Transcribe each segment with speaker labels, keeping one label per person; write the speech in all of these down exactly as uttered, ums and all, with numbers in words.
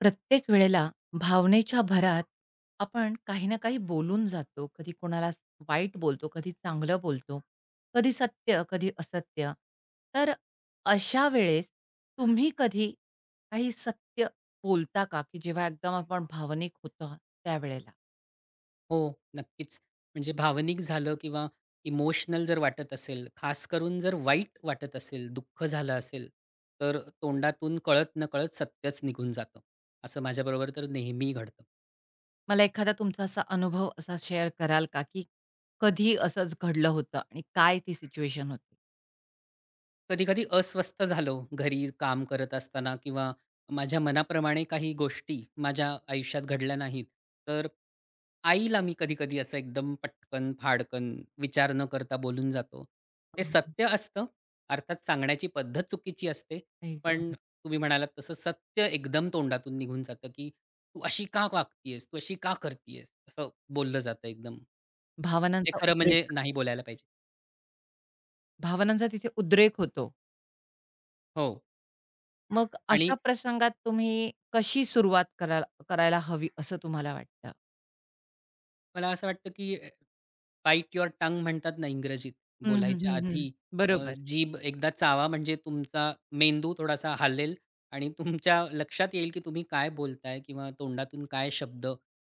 Speaker 1: प्रत्येक वेळेला भावनेच्या भरात आपण काही ना काही बोलून जातो. कधी कोणाला वाईट बोलतो, कधी चांगलं बोलतो, कधी सत्य, कधी असत्य. तर अशा वेळेस तुम्ही कधी काही सत्य बोलता का, की जेव्हा एकदम आपण भावनिक होतो त्यावेळेला?
Speaker 2: हो, नक्कीच. म्हणजे भावनिक झालं किंवा इमोशनल जर वाटत असेल, खास करून जर वाईट वाटत असेल, दुःख झालं असेल, तर तोंडातून कळत-नकळत सत्यच निघून जातं. असं माझ्याबरोबर तर नेहमी घडतं.
Speaker 1: मला एखादा तुमचा असा अनुभव असा शेअर कराल का, की कधी असंच घडलं होतं आणि काय ती सिच्युएशन होती?
Speaker 2: कधी-कधी अस्वस्थ झालो घरी काम करत असताना किंवा माझ्या मनाप्रमाणे काही गोष्टी माझ्या आयुष्यात घडल्या नाहीत. तर आईला मी कधी-कधी असं एकदम पटकन, फाडकन विचार न करता बोलून जातो. ते
Speaker 1: हं, हं.
Speaker 2: सत्य असतं. अर्थात सांगण्याची पद्धत चुकीची असते.
Speaker 1: आई गं!
Speaker 2: पण तुम्ही म्हणालात तसं सत्य एकदम तोंडातून निघून जातं, की "तू अशी का वागतीयेस? तू अशी का करतीयेस?" असं बोललं जातं एकदम. जे
Speaker 1: भावनांचा
Speaker 2: खरं
Speaker 1: उद्रेक
Speaker 2: म्हणजे नाही बोलायला पाहिजे.
Speaker 1: भावनांचा तिथे उद्रेक होतो.
Speaker 2: हो.
Speaker 1: मग अशा
Speaker 2: आणि
Speaker 1: प्रसंगात तुम्ही कशी सुरुवात कराल करायला हवी असं तुम्हाला वाटतं?
Speaker 2: मला असं वाटतं, की बाईट युअर टंग म्हणतात ना इंग्रजीत
Speaker 1: हं, हं,
Speaker 2: बोलायच्या
Speaker 1: हं, हं.
Speaker 2: आधी अ,
Speaker 1: बरोबर,
Speaker 2: जीभ एकदा चावा म्हणजे तुमचा मेंदू थोडासा हालेल आणि तुमच्या लक्षात येईल की तुम्ही काय बोलताय किंवा तोंडातून काय शब्द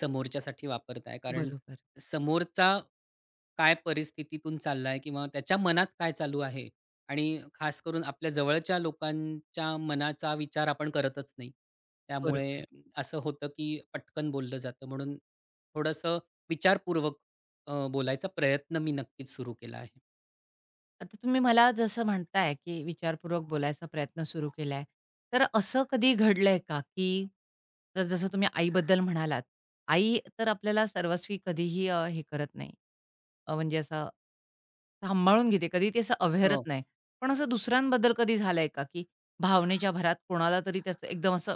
Speaker 2: समोरच्यासाठी वापरताय. कारण
Speaker 1: बरोबर,
Speaker 2: समोरचा काय परिस्थितीतून चाललाय किंवा त्याच्या मनात काय चालू आहे आणि खास करून आपल्या जवळच्या लोकांच्या मनाचा विचार आपण करतच नाही. त्यामुळे
Speaker 1: बरोबर.
Speaker 2: असं होतं, की पटकन बोललं जातं म्हणून थोडंसं विचारपूर्वक अ, बोलायचा प्रयत्न मी नक्कीच सुरू केला आहे.
Speaker 1: आता तुम्ही मला जसं म्हणताय, की विचारपूर्वक बोलायचा प्रयत्न सुरू केलाय. तर असं कधी घडलंय का, की तर जसं तुम्ही आईबद्दल म्हणालात. आई तर आपल्याला सर्वस्वी कधीही अ, हे करत नाही. अ, म्हणजे असं सांभाळून घेते. कधी ते असं
Speaker 2: हो.
Speaker 1: अव्हेरत नाही. पण असं दुसऱ्यांबद्दल कधी झालंय का, की भावनेच्या भरात कोणाला तरी त्याचं एकदम असं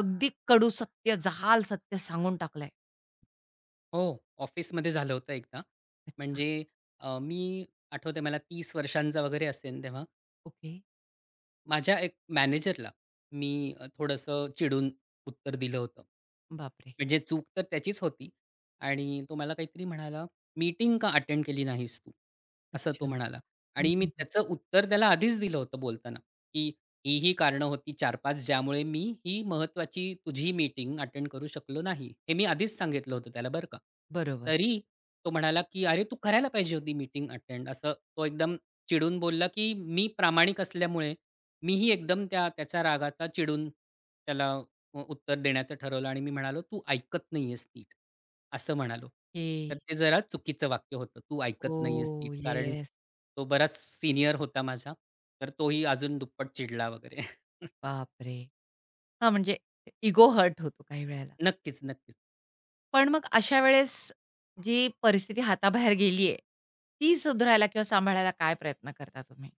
Speaker 1: अगदी कडू सत्य, जहाल सत्य सांगून टाकलंय?
Speaker 2: हो, ऑफिसमध्ये झालं होतं एकदा.
Speaker 1: अच्छा.
Speaker 2: म्हणजे अ, मी आठवतंय मला तीस वर्षांचा वगैरे असेन तेव्हा
Speaker 1: ओके.
Speaker 2: माझ्या एक मॅनेजरला मी अ, थोडंसं चिडून उत्तर दिलं होतं.
Speaker 1: बापरे!
Speaker 2: म्हणजे चूक तर त्याचीच होती आणि तो मला काहीतरी म्हणाला, "मीटिंग का अटेंड केली नाहीस तू?" असं
Speaker 1: अच्छा.
Speaker 2: तो म्हणाला
Speaker 1: हं,
Speaker 2: आणि मी
Speaker 1: हं, हं.
Speaker 2: त्याचं उत्तर त्याला आधीच दिलं होतं बोलताना, की "ही, ही कारणं होती चार पाच ज्यामुळे मी ही महत्त्वाची तुझी मीटिंग अटेंड करू शकलो नाही." हे मी आधीच सांगितलं होतं त्याला बरं का.
Speaker 1: बरोबर.
Speaker 2: तरी तो म्हणाला, की "अरे तू करायला पाहिजे होती मीटिंग अटेंड." असं तो एकदम चिडून बोलला, की मी प्रामाणिक असल्यामुळे मीही एकदम त्या त्याच्या रागाचा चिडून त्याला उ उत्तर देण्याचं ठरवलं आणि मी म्हणालो, "तू ऐकत नाहीयेस नीट," असं म्हणालो.
Speaker 1: हे
Speaker 2: तर ते जरा चुकीचं वाक्य होतं. "तू ऐकत नाहीयेस
Speaker 1: ओ,
Speaker 2: नीट." कारण
Speaker 1: येस.
Speaker 2: तो बराच सीनियर होता माझा. तर तोही अजून दुप्पट चिडला वगैरे.
Speaker 1: बापरे! हां, म्हणजे इगो हर्ट होतो काही वेळेला.
Speaker 2: नक्कीच, नक्कीच.
Speaker 1: पण मग अशा वेळेस जी परिस्थिती हाताबाहेर गेली आहे, ती सुधारायला किंवा सांभाळायला काय प्रयत्न करता तुम्ही?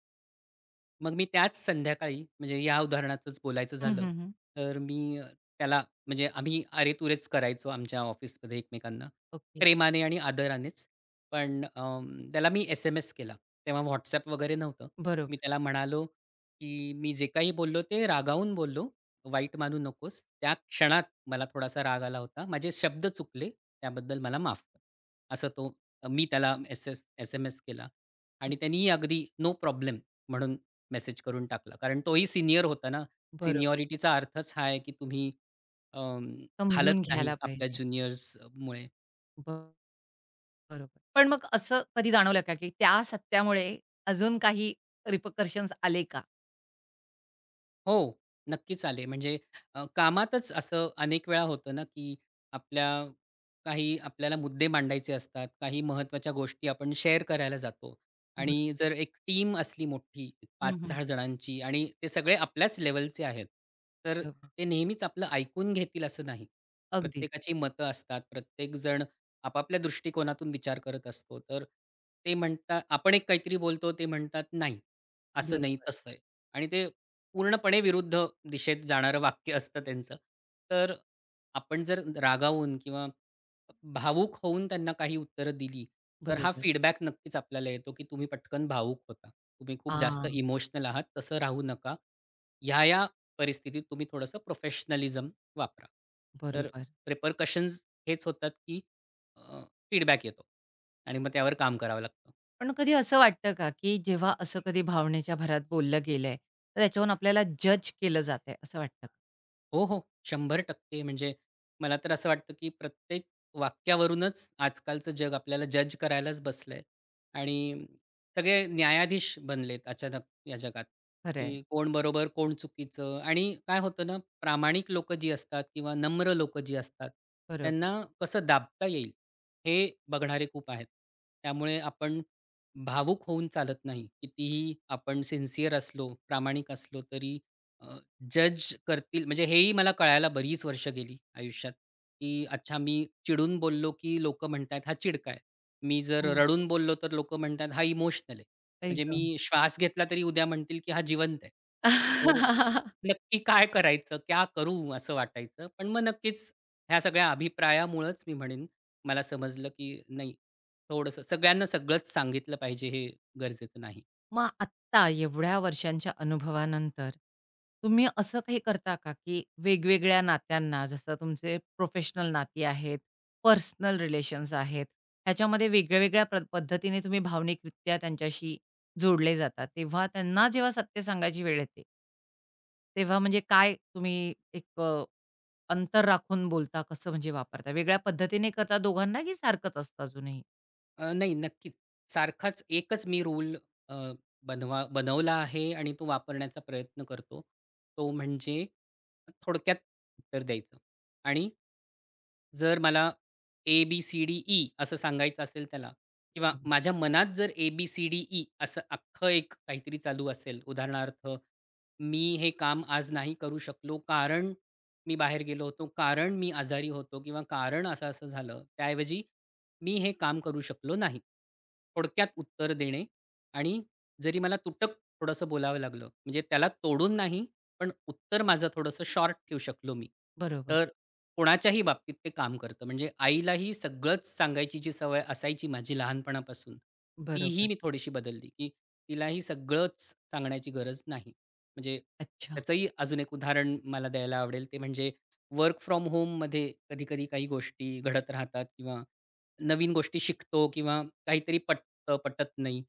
Speaker 2: मग मी त्याच संध्याकाळी म्हणजे या उदाहरणाचंच बोलायचं
Speaker 1: हं,
Speaker 2: झालं,
Speaker 1: हं, हं.
Speaker 2: तर मी त्याला म्हणजे आम्ही अरेतुरेच करायचो आमच्या ऑफिसमध्ये एकमेकांना.
Speaker 1: ओके.
Speaker 2: प्रेमाने आणि आदरानेच. पण अं, त्याला मी एस-एम-एस केला. तेव्हा WhatsApp वगैरे नव्हतं. मी
Speaker 1: बरोबर,
Speaker 2: त्याला म्हणालो, की "मी जे काही बोललो ते रागावून बोललो. वाईट मानू नकोस. त्या क्षणात मला थोडासा राग आला होता. माझे शब्द चुकले. त्याबद्दल मला माफ कर." असं तो मी त्याला एस-एस एस-एम-एस केला आणि त्यांनी अगदी नो प्रॉब्लेम म्हणून मेसेज करून टाकला. कारण तोही सिनियर होता ना.
Speaker 1: बरोबर.
Speaker 2: सिनियॉरिटीचा अर्थच हा आहे, की तुम्ही अं, हालत
Speaker 1: समजून
Speaker 2: नाही
Speaker 1: घ्यायला
Speaker 2: आपल्या
Speaker 1: पाहिजे.
Speaker 2: ज्युनियर्स मुळे.
Speaker 1: ब- बरोबर. पण मग असं कधी जाणवलं का, की त्या सत्यामुळे अजून काही रिपकर्शन्स आले का?
Speaker 2: हो, नक्कीच आले. म्हणजे अ, कामातच असं अनेक वेळा होतं ना, की आपल्या काही आपल्याला मुद्दे मांडायचे असतात, काही महत्त्वाच्या गोष्टी आपण शेअर करायला जातो
Speaker 1: बरोबर.
Speaker 2: आणि जर एक टीम असली मोठी
Speaker 1: हं, हं.
Speaker 2: पाच सहा जणांची आणि ते सगळे आपल्याच लेव्हलचे आहेत, तर
Speaker 1: बरोबर.
Speaker 2: ते नेहमीच आपलं ऐकून घेतील असं नाही.
Speaker 1: अगदीच.
Speaker 2: प्रत्येकाची मतं असतात. प्रत्येकजण आपापल्या दृष्टिकोनातून विचार करत असतो. तर ते म्हणतात आपण एक काहीतरी बोलतो, ते म्हणतात, "नाही, असं नाही,
Speaker 1: बरोबर,
Speaker 2: तसं आहे." आणि ते पूर्णपणे विरुद्ध दिशेत जाणारं वाक्य असतं त्यांचं. तर आपण जर रागावून किंवा भावूक होऊन त्यांना काही उत्तरं दिली, तर हा
Speaker 1: बरोबर.
Speaker 2: फीडबॅक नक्कीच आपल्याला येतो, की तुम्ही पटकन भावूक होता. तुम्ही खूप जास्त
Speaker 1: हां,
Speaker 2: इमोशनल आहात. तसं राहू नका. ह्या-ह्या परिस्थितीत तुम्ही थोडंसं प्रोफेशनलिझम वापरा. तर
Speaker 1: बरोबर.
Speaker 2: रेपरकशन्स हेच होतात, की फीडबॅक येतो आणि मग त्यावर काम करावं लागतं.
Speaker 1: पण कधी असं वाटतं का, की जेव्हा असं कधी भावनेच्या भरात बोललं गेलंय, तर त्याच्यावरून आपल्याला जज केलं जातंय असं वाटतं का?
Speaker 2: हो, हो. शंभर टक्के म्हणजे मला तर असं वाटतं, की प्रत्येक वाक्यावरूनच आजकालचं जग आपल्याला जज करायलाच बसलंय आणि सगळे न्यायाधीश बनलेत अचानक या जगात,
Speaker 1: खरंय.
Speaker 2: की कोण बरोबर, कोण चुकीचं आणि काय होतं ना, प्रामाणिक लोकं जी असतात किंवा नम्र लोकं जी असतात,
Speaker 1: बरोबर.
Speaker 2: त्यांना कसं दाबता येईल हे बघणारे खूप आहेत. त्यामुळे आपण भावूक होऊन चालत नाही. कितीही आपण सिन्सिअर असलो, प्रामाणिक असलो तरी जज करतील म्हणजे हेही मला कळायला बरीच वर्ष गेली आयुष्यात, की अच्छा मी चिडून बोललो, की लोकं म्हणतायत हा चिडका आहे. मी जर
Speaker 1: हो.
Speaker 2: रडून बोललो, तर लोकं म्हणतात हा इमोशनल आहे.
Speaker 1: आई
Speaker 2: म्हणजे
Speaker 1: गं!
Speaker 2: मी श्वास घेतला तरी उद्या म्हणतील, की हा जिवंत आहे. तर नक्की काय करायचं? क्या करूँ? असं वाटायचं. पण मग नक्कीच ह्या सगळ्या अभिप्रायामुळंच मी म्हणेन मला समजलं, की नाही थोडंसं सगळ्यांना सगळंच सांगितलं पाहिजे हे गरजेचं नाही.
Speaker 1: मग आत्ता एवढ्या वर्षांच्या अनुभवानंतर, तुम्ही असं काही करता का, की वेगवेगळ्या नात्यांना जसं तुमचे प्रोफेशनल नाती आहेत, पर्सनल रिलेशन्स आहेत, ह्याच्यामध्ये वेगळ्या-वेगळ्या प्र पद्धतीने तुम्ही भावनिकरित्या त्यांच्याशी जोडले जाता. तेव्हा त्यांना जेव्हा सत्य सांगायची वेळ येते तेव्हा म्हणजे काय तुम्ही एक अ, अंतर राखून बोलता, कसं म्हणजे वापरता? वेगळ्या पद्धतीने करता दोघांना, की सारखंच असतं अजूनही?
Speaker 2: अ, नाही, नक्कीच. सारखाच एकच मी रूल अ, बनवा बनवला आहे आणि तो वापरण्याचा प्रयत्न करतो. तो म्हणजे थोडक्यात उत्तर द्यायचं आणि जर मला ए-बी-सी-डी-ई असं सांगायचं असेल त्याला किंवा माझ्या मनात जर ए-बी-सी-डी-ई असं अख्खं एक काहीतरी चालू असेल, उदाहरणार्थ, मी हे काम आज नाही करू शकलो, कारण मी बाहेर गेलो होतो, कारण मी आजारी होतो किंवा कारण असं-असं झालं. त्याऐवजी मी हे काम करू शकलो नाही. थोडक्यात उत्तर देणे आणि जरी मला तुटक थोडंसं बोलावं लागलं, म्हणजे त्याला तोडून नाही, पण उत्तर माझं थोडंसं शॉर्ट ठेवू शकलो मी.
Speaker 1: बरोबर,
Speaker 2: तर कोणाच्याही बाबतीत ते काम करतं. म्हणजे आईलाही सगळंच सांगायची जी सवय असायची माझी लहानपणापासून,
Speaker 1: बरोबर.
Speaker 2: तीही मी थोडीशी बदलली, की तिलाही सगळंच सांगण्याची गरज नाही. म्हणजे
Speaker 1: अच्छा,
Speaker 2: त्याचंही अजून एक उदाहरण मला द्यायला आवडेल, ते म्हणजे वर्क फ्रॉम होममध्ये कधी-कधी काही गोष्टी घडत राहतात किंवा नवीन गोष्टी शिकतो किंवा काहीतरी पटतं, पटत नाही.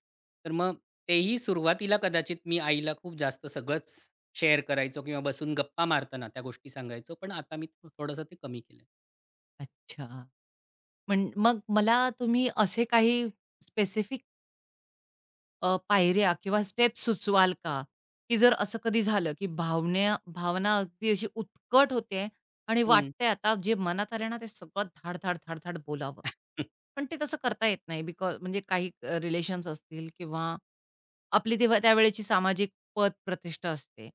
Speaker 2: तर मग तेही सुरुवातीला कदाचित मी आईला खूप जास्त सगळंच शेअर करायचो किंवा बसून गप्पा मारताना त्या गोष्टी सांगायचो. पण आता मी थो- थोडंसं ते कमी केलंय.
Speaker 1: अच्छा. म्हण मग मला तुम्ही असे काही स्पेसिफिक अ, पायऱ्या किंवा स्टेप सुचवाल का? की जर असं कधी झालं, की भावना भावना अगदी अशी उत्कट होते आणि
Speaker 2: हं.
Speaker 1: वाटतंय आता जे मनात आलंय ना, ते सगळं धाड-धाड, धाड-धाड बोलावं. पण ते तसं करता येत नाही बिकॉज म्हणजे काही रिलेशन्स असतील किंवा आपली तेव्हा त्यावेळेची सामाजिक पत प्रतिष्ठा असते.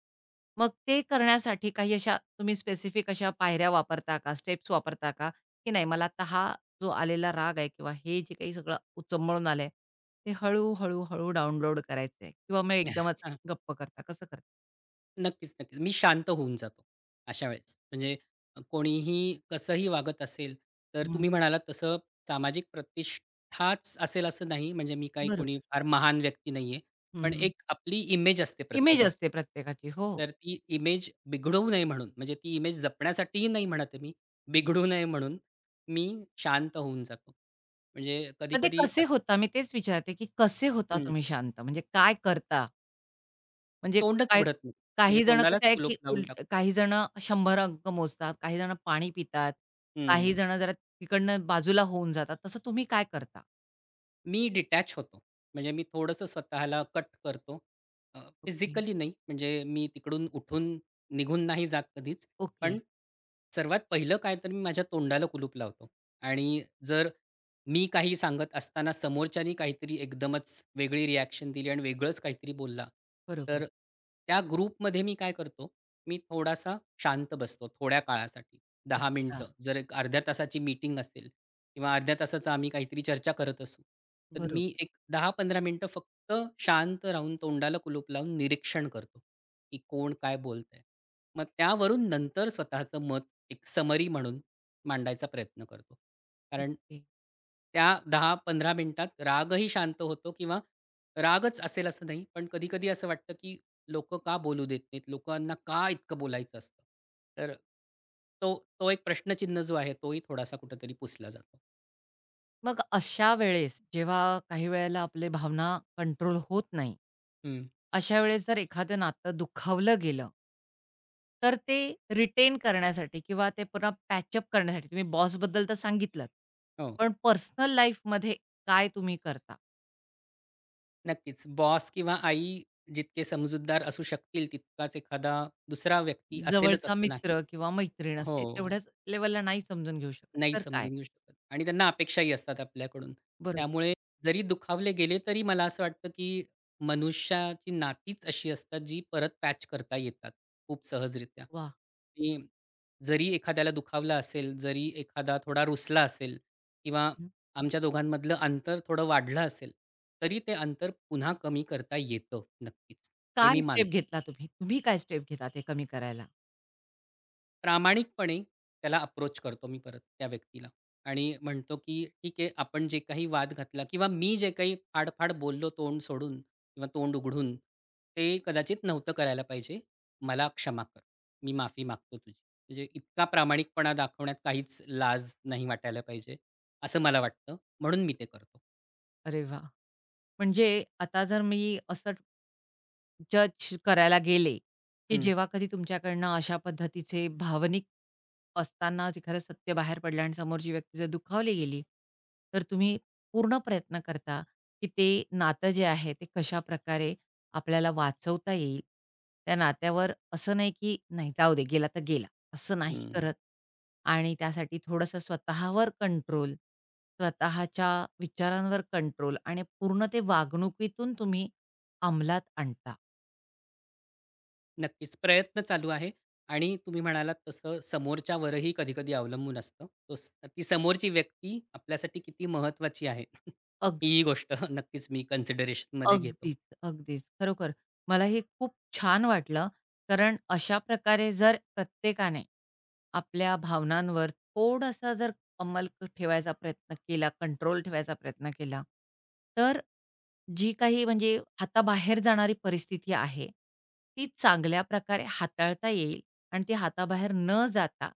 Speaker 1: मग ते करण्यासाठी काही अशा तुम्ही स्पेसिफिक अशा पायऱ्या वापरता का, स्टेप्स वापरता का, की नाही मला आता हा जो आलेला राग आहे किंवा हे जे काही सगळं उचंबळून आलंय, ते हळू, हळू, हळू डाउनलोड करायचंय किंवा मग एकदमच गप्प करता, कसं करता?
Speaker 2: नक्कीच, नक्कीच. मी शांत होऊन जातो अशा वेळेस. म्हणजे अ, कोणीही कसंही वागत असेल, तर
Speaker 1: हं,
Speaker 2: तुम्ही म्हणालात तसं सामाजिक प्रतिष्ठाच असेल असं नाही. म्हणजे मी काही कोणी
Speaker 1: बरोबर.
Speaker 2: फार महान व्यक्ती नाहीये. पण
Speaker 1: हं,
Speaker 2: एक आपली इमेज असते
Speaker 1: इमेज
Speaker 2: प्रत्येकाची.
Speaker 1: असते प्रत्येकाची. हो.
Speaker 2: तर ती इमेज बिघडवू नये म्हणून, म्हणजे ती इमेज जपण्यासाठीही नाही म्हणत आहे मी. बिघडू नये म्हणून मी शांत होऊन जातो. म्हणजे
Speaker 1: पण ते
Speaker 2: कधी-कधी
Speaker 1: कसे होता? मी तेच विचारते, की कसे होता तुम्ही शांत? म्हणजे काय करता? म्हणजे
Speaker 2: तोंडच
Speaker 1: काय
Speaker 2: उघडत नाही. म्हणजे
Speaker 1: काही जण
Speaker 2: तोंडालाच
Speaker 1: कसं आहे,
Speaker 2: कुलूप
Speaker 1: की
Speaker 2: लावून
Speaker 1: उलट
Speaker 2: टाकतो.
Speaker 1: काही जण शंभर अंक मोजतात, काही जण पाणी पितात, काही
Speaker 2: हं.
Speaker 1: जण जरा तिकडनं बाजूला होऊन जातात. तसं तुम्ही काय करता?
Speaker 2: मी डिटॅच होतो. म्हणजे मी थोडंसं स्वतःला कट करतो.
Speaker 1: ओके.
Speaker 2: फिजिकली नाही, म्हणजे मी तिकडून उठून निघून नाही जात कधीच.
Speaker 1: ओके.
Speaker 2: पण सर्वात पहिलं काय तर मी माझ्या तोंडाला कुलूप लावतो आणि जर मी काही सांगत असताना समोरच्यानी काहीतरी एकदमच वेगळी रिॲक्शन दिली आणि वेगळंच काहीतरी बोलला,
Speaker 1: बरोबर.
Speaker 2: तर त्या ग्रुपमध्ये मी काय करतो, मी थोडासा शांत बसतो थोड्या काळासाठी. दहा
Speaker 1: अच्छा.
Speaker 2: मिनिटं जर एक अर्ध्या तासाची मीटिंग असेल किंवा अर्ध्या तासाचं आम्ही काहीतरी चर्चा करत असू, तर
Speaker 1: बरोबर.
Speaker 2: मी एक दहा पंधरा मिनिटं फक्त शांत राहून तोंडाला कुलूप लावून निरीक्षण करतो, की कोण काय बोलतंय. मग त्यावरून नंतर स्वतःचं मत एक समरी म्हणून मांडायचा प्रयत्न करतो. कारण
Speaker 1: ओके.
Speaker 2: त्या दहा पंधरा मिनिटात रागही शांत होतो किंवा रागच असेल असं नाही, पण कधी-कधी असं वाटतं, की लोकं का बोलू देत नाहीत? लोकांना का इतकं बोलायचं असतं? तर तो तो एक प्रश्नचिन्ह जो आहे, तोही थोडासा कुठेतरी पुसला जातो.
Speaker 1: मग अशा वेळेस जेव्हा काही वेळेला आपले भावना कंट्रोल होत नाही,
Speaker 2: हं.
Speaker 1: अशा वेळेस जर एखादं नातं दुखावलं गेलं, तर ते रिटेन करण्यासाठी किंवा ते पुन्हा पॅचअप करण्यासाठी तुम्ही बॉसबद्दल तर सांगितलंत.
Speaker 2: हो,
Speaker 1: पण पर्सनल लाईफमध्ये काय तुम्ही करता?
Speaker 2: नक्कीच. बॉस किंवा आई जितके समजूतदार असू शकतील, तितकाच एखादा दुसरा व्यक्ती असेलच
Speaker 1: जवळचा
Speaker 2: असं
Speaker 1: मित्र
Speaker 2: नाही.
Speaker 1: किंवा मैत्रीण
Speaker 2: हो.
Speaker 1: असे तेवढ्याच लेव्हलला नाही समजून घेऊ शकत,
Speaker 2: नाही
Speaker 1: तर काय?
Speaker 2: समजून घेऊ शकत आणि त्यांना अपेक्षाही असतात आपल्याकडून.
Speaker 1: बरोबर.
Speaker 2: त्यामुळे जरी दुखावले गेले तरी मला असं वाटतं, की मनुष्याची नातीच अशी असतात, जी परत पॅच करता येतात खूप सहजरित्या.
Speaker 1: वाह!
Speaker 2: आणि जरी एखाद्याला दुखावलं असेल, जरी एखादा थोडा रुसला असेल किंवा
Speaker 1: हं.
Speaker 2: आमच्या दोघांमधलं अंतर थोडं वाढलं असेल, तरी ते अंतर पुन्हा कमी करता येतं नक्कीच. हे
Speaker 1: काय
Speaker 2: मी
Speaker 1: स्टेप
Speaker 2: मानतो.
Speaker 1: घेतला तुम्ही? तुम्ही काय स्टेप घेता ते कमी करायला?
Speaker 2: प्रामाणिकपणे त्याला अप्रोच करतो मी परत त्या व्यक्तीला आणि म्हणतो, की "ठीक आहे, आपण जे काही वाद घातला किंवा मी जे काही फाडफाड बोललो तोंड सोडून किंवा तोंड उघडून, ते कदाचित नव्हतं करायला पाहिजे. मला क्षमा कर. मी माफी मागतो तुझी." म्हणजे इतका प्रामाणिकपणा दाखवण्यात काहीच लाज नाही वाटायला पाहिजे, असं मला वाटतं. म्हणून मी ते करतो.
Speaker 1: अरे वाह! म्हणजे आता जर मी असं जज करायला गेले, की
Speaker 2: हं.
Speaker 1: जेव्हा कधी तुमच्याकडनं अशा पद्धतीचे भावनिक असताना जे खरं सत्य बाहेर पडलं आणि समोरची व्यक्ती जर दुखावली गेली, तर तुम्ही पूर्ण प्रयत्न करता, की ते नातं जे आहे ते कशाप्रकारे आपल्याला वाचवता येईल. त्या नात्यावर असं नाही, की "नाही जाऊ दे, गेला तर गेला." असं नाही करत आणि त्यासाठी थोडंसं स्वतःवर कंट्रोल, स्वतःच्या विचारांवर कंट्रोल आणि पूर्ण ते वागणुकीतून तुम्ही अंमलात आणता.
Speaker 2: नक्कीच. प्रयत्न चालू आहे आणि तुम्ही म्हणालात तसं समोरच्यावरही कधी-कधी अवलंबून असतं. तो स ती समोरची व्यक्ती आपल्यासाठी किती महत्वाची आहे,
Speaker 1: अगदी,
Speaker 2: ही गोष्ट नक्कीच मी कन्सिडरेशनमध्ये घेतो.
Speaker 1: अगदीच, अगदीच. खरोखर मला हे खूप छान वाटलं, कारण अशा प्रकारे जर प्रत्येकाने आपल्या भावनांवर थोडासा जर अंमल क- ठेवायचा प्रयत्न केला, कंट्रोल ठेवायचा प्रयत्न केला, तर जी काही म्हणजे हाताबाहेर जाणारी परिस्थिती आहे, ती चांगल्या प्रकारे हाताळता येईल आणि ती हाताबाहेर न जाता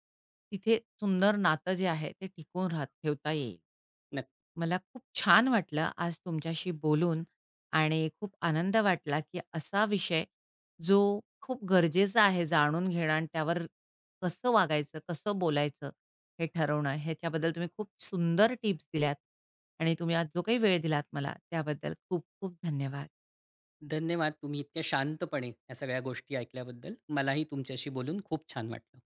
Speaker 1: तिथे सुंदर नातं जे आहे ते टिकून राह ठेवता येईल.
Speaker 2: नक्क
Speaker 1: मला खूप छान वाटलं आज तुमच्याशी बोलून आणि खूप आनंद वाटला, की असा विषय जो खूप गरजेचा आहे जाणून घेणं आणि त्यावर कसं वागायचं, कसं बोलायचं हे ठरवणं. ह्याच्याबद्दल तुम्ही खूप सुंदर टिप्स दिल्यात आणि तुम्ही आज जो काही वेळ दिलात मला त्याबद्दल खूप खूप धन्यवाद.
Speaker 2: धन्यवाद तुम्ही इतक्या शांतपणे ह्या सगळ्या गोष्टी ऐकल्याबद्दल. मलाही तुमच्याशी बोलून खूप छान वाटलं.